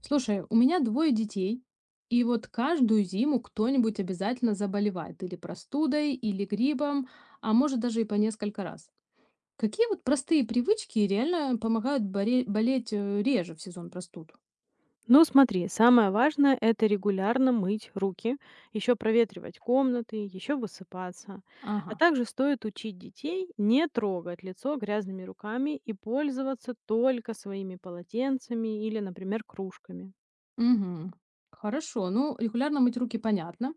Слушай, у меня двое детей, и вот каждую зиму кто-нибудь обязательно заболевает или простудой, или гриппом, а может даже и по несколько раз. Какие вот простые привычки реально помогают болеть реже в сезон простуд? Ну, смотри, самое важное– это регулярно мыть руки, еще проветривать комнаты, еще высыпаться. А Ага. также стоит учить детей не трогать лицо грязными руками и пользоваться только своими полотенцами или, например, кружками. Угу. Хорошо. Ну, регулярно мыть руки понятно.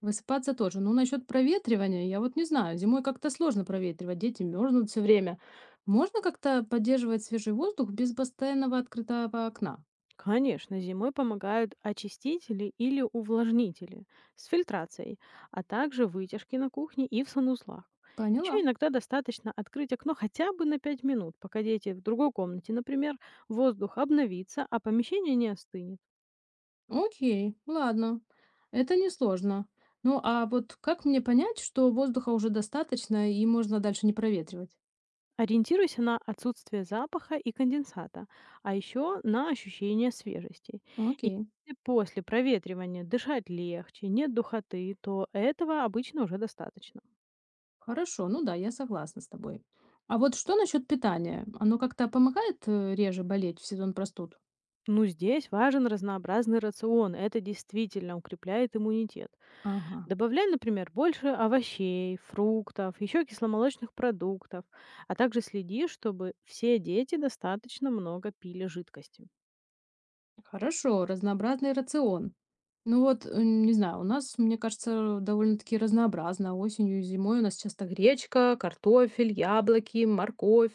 Высыпаться тоже. Ну, насчет проветривания, я вот не знаю. Зимой как-то сложно проветривать, дети мерзнут все время. Можно как-то поддерживать свежий воздух без постоянного открытого окна? Конечно, зимой помогают очистители или увлажнители с фильтрацией, а также вытяжки на кухне и в санузлах. Еще Поняла. иногда достаточно открыть окно хотя бы на 5 минут, пока дети в другой комнате, например, воздух обновится, а помещение не остынет. Ну, окей, ладно, это несложно. Ну, а вот как мне понять, что воздуха уже достаточно и можно дальше не проветривать? Ориентируйся на отсутствие запаха и конденсата, а еще на ощущение свежести. Ну, И окей, если после проветривания дышать легче, нет духоты, то этого обычно уже достаточно. хорошо, ну да, я согласна с тобой. А вот что насчет питания? Оно как-то помогает реже болеть в сезон простуд? Ну, здесь важен разнообразный рацион. Это действительно укрепляет иммунитет. Ага, Добавляй, например, больше овощей, фруктов, еще кисломолочных продуктов, а также следи, чтобы все дети достаточно много пили жидкости. хорошо, разнообразный рацион. Ну вот, не знаю, у нас, мне кажется, довольно-таки разнообразно. Осенью и зимой у нас часто гречка, картофель, яблоки, морковь,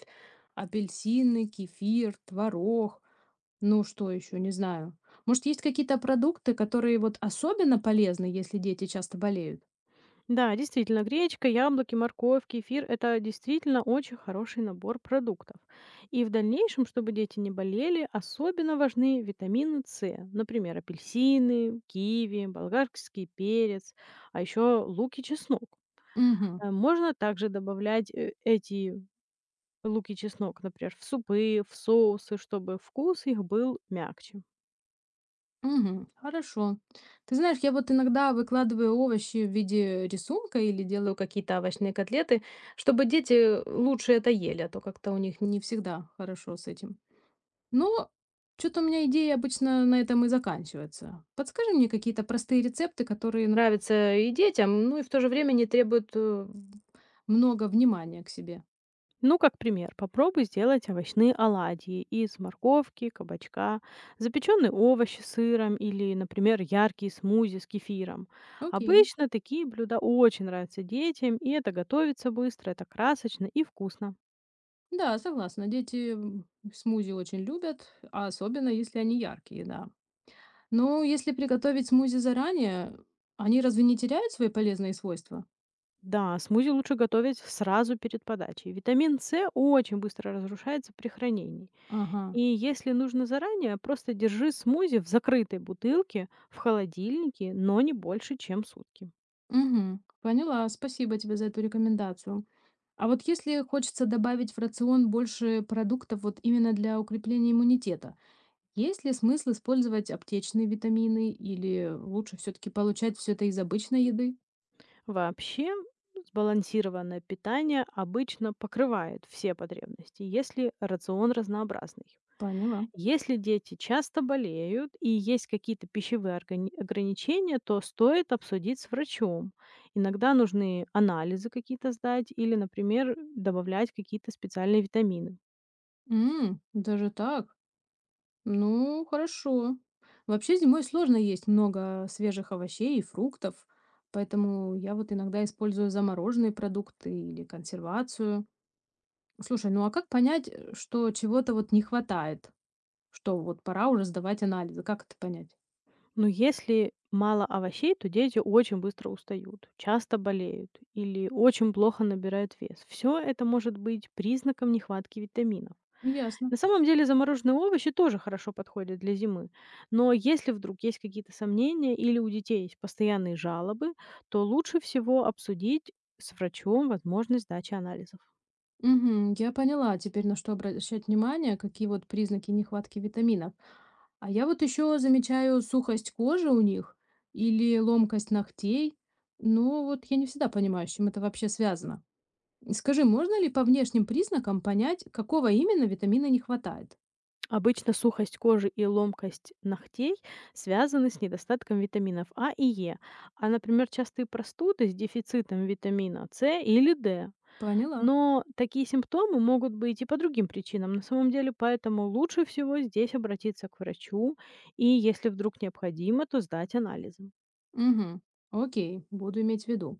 апельсины, кефир, творог. Ну, что еще, не знаю. Может, есть какие-то продукты, которые вот особенно полезны, если дети часто болеют? Да, действительно, гречка, яблоки, морковь, кефир– это действительно очень хороший набор продуктов. И в дальнейшем, чтобы дети не болели, особенно важны витамины С, например, апельсины, киви, болгарский перец, а еще лук и чеснок. Угу, Можно также добавлять, эти лук и чеснок, например, в супы, в соусы, чтобы вкус их был мягче. угу, хорошо. Ты знаешь, я вот иногда выкладываю овощи в виде рисунка или делаю какие-то овощные котлеты, чтобы дети лучше это ели, а то как-то у них не всегда хорошо с этим. Но что-то у меня идеи обычно на этом и заканчиваются. Подскажи мне какие-то простые рецепты, которые нравятся и детям, ну и в то же время не требуют много внимания к себе. Ну, как пример, попробуй сделать овощные оладьи из морковки, кабачка, запеченные овощи с сыром или, например, яркие смузи с кефиром. Окей. Обычно такие блюда очень нравятся детям, и это готовится быстро, это красочно и вкусно. Да, согласна. Дети смузи очень любят, а особенно если они яркие, да. Но если приготовить смузи заранее, они разве не теряют свои полезные свойства? Да, смузи лучше готовить сразу перед подачей. Витамин С очень быстро разрушается при хранении. Ага. И если нужно заранее, просто держи смузи в закрытой бутылке в холодильнике, но не больше, чем сутки. Угу. Поняла. Спасибо тебе за эту рекомендацию. А вот если хочется добавить в рацион больше продуктов вот именно для укрепления иммунитета, есть ли смысл использовать аптечные витамины или лучше все-таки получать все это из обычной еды? Вообще, сбалансированное питание обычно покрывает все потребности, если рацион разнообразный. Поняла. Если дети часто болеют и есть какие-то пищевые ограничения, то стоит обсудить с врачом. Иногда нужны анализы какие-то сдать или, например, добавлять какие-то специальные витамины. М, даже так. Ну, хорошо. Вообще зимой сложно есть много свежих овощей и фруктов, поэтому я вот иногда использую замороженные продукты или консервацию. Слушай, ну а как понять, что чего-то вот не хватает? Что вот пора уже сдавать анализы? Как это понять? Но если мало овощей, то дети очень быстро устают, часто болеют или очень плохо набирают вес. Все это может быть признаком нехватки витаминов. Ясно. На самом деле замороженные овощи тоже хорошо подходят для зимы. Но если вдруг есть какие-то сомнения или у детей есть постоянные жалобы, то лучше всего обсудить с врачом возможность сдачи анализов. Мгм. Я поняла теперь, на что обращать внимание, какие вот признаки нехватки витаминов. А я вот еще замечаю сухость кожи у них или ломкость ногтей. Но вот я не всегда понимаю, с чем это вообще связано. И скажи, можно ли по внешним признакам понять, какого именно витамина не хватает? Обычно сухость кожи и ломкость ногтей связаны с недостатком витаминов А и Е, а, например, частые простуды с дефицитом витамина С или Д. Поняла. Но такие симптомы могут быть и по другим причинам на самом деле, поэтому лучше всего здесь обратиться к врачу и, если вдруг необходимо, то сдать анализы. Угу. Окей, буду иметь в виду.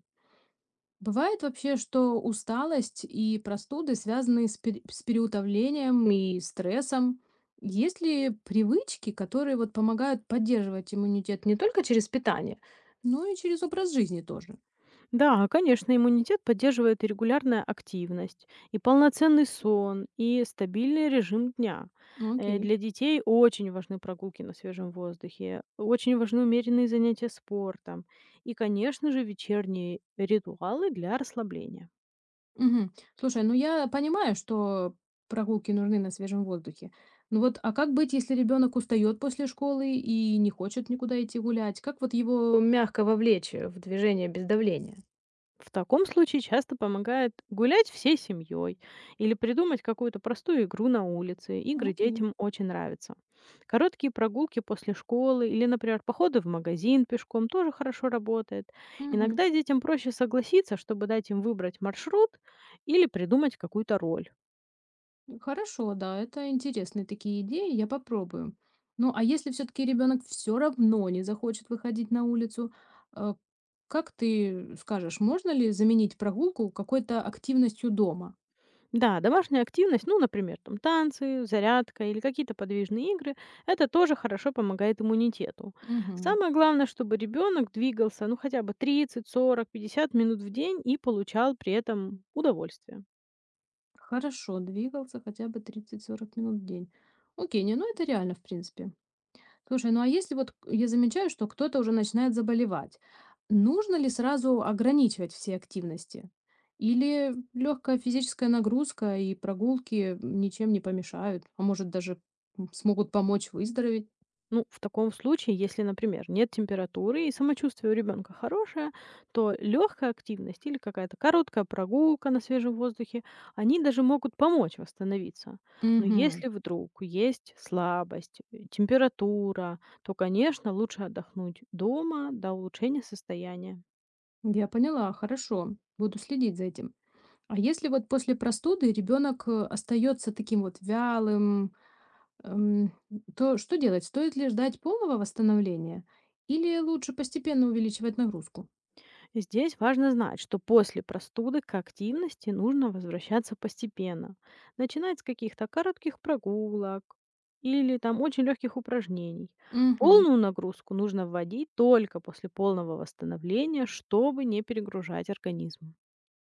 Бывает вообще, что усталость и простуды связаны с переутовлением и стрессом. Есть ли привычки, которые вот помогают поддерживать иммунитет не только через питание, но и через образ жизни тоже? Да, конечно, иммунитет поддерживает и регулярная активность, и полноценный сон, и стабильный режим дня. Ну, окей. Для детей очень важны прогулки на свежем воздухе, очень важны умеренные занятия спортом и, конечно же, вечерние ритуалы для расслабления. Мгм. Слушай, ну я понимаю, что прогулки нужны на свежем воздухе. Ну вот, а как быть, если ребенок устает после школы и не хочет никуда идти гулять? Как вот его мягко вовлечь в движение без давления? В таком случае часто помогает гулять всей семьей или придумать какую-то простую игру на улице. Игры Окей. детям очень нравятся. Короткие прогулки после школы или, например, походы в магазин пешком тоже хорошо работает. Мгм. Иногда детям проще согласиться, чтобы дать им выбрать маршрут или придумать какую-то роль. Хорошо, да, это интересные такие идеи, я попробую. Ну, а если все-таки ребенок все равно не захочет выходить на улицу, э, как ты скажешь, можно ли заменить прогулку какой-то активностью дома? Да, домашняя активность, ну, например, там танцы, зарядка или какие-то подвижные игры, это тоже хорошо помогает иммунитету. Мгм. Самое главное, чтобы ребенок двигался, ну, хотя бы 30, 40, 50 минут в день и получал при этом удовольствие. Хорошо, двигался хотя бы 30-40 минут в день. Окей, не, ну это реально, в принципе. Слушай, ну а если вот я замечаю, что кто-то уже начинает заболевать, нужно ли сразу ограничивать все активности? Или легкая физическая нагрузка и прогулки ничем не помешают, а может даже смогут помочь выздороветь? Ну, в таком случае, если, например, нет температуры и самочувствие у ребенка хорошее, то легкая активность или какая-то короткая прогулка на свежем воздухе, они даже могут помочь восстановиться. Но Угу, если вдруг есть слабость, температура, то, конечно, лучше отдохнуть дома до улучшения состояния. я поняла, хорошо, буду следить за этим. А если вот после простуды ребенок остается таким вот вялым, эм, то что делать? Стоит ли ждать полного восстановления или лучше постепенно увеличивать нагрузку? Здесь важно знать, что после простуды к активности нужно возвращаться постепенно. Начинать с каких-то коротких прогулок или там очень легких упражнений. Мгм. Полную нагрузку нужно вводить только после полного восстановления, чтобы не перегружать организм.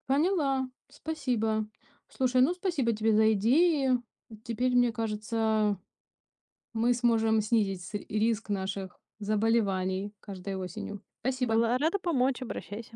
Поняла. Спасибо. Слушай, ну спасибо тебе за идеи. Теперь, мне кажется, мы сможем снизить риск наших заболеваний каждой осенью. Спасибо. Была рада помочь, обращайся.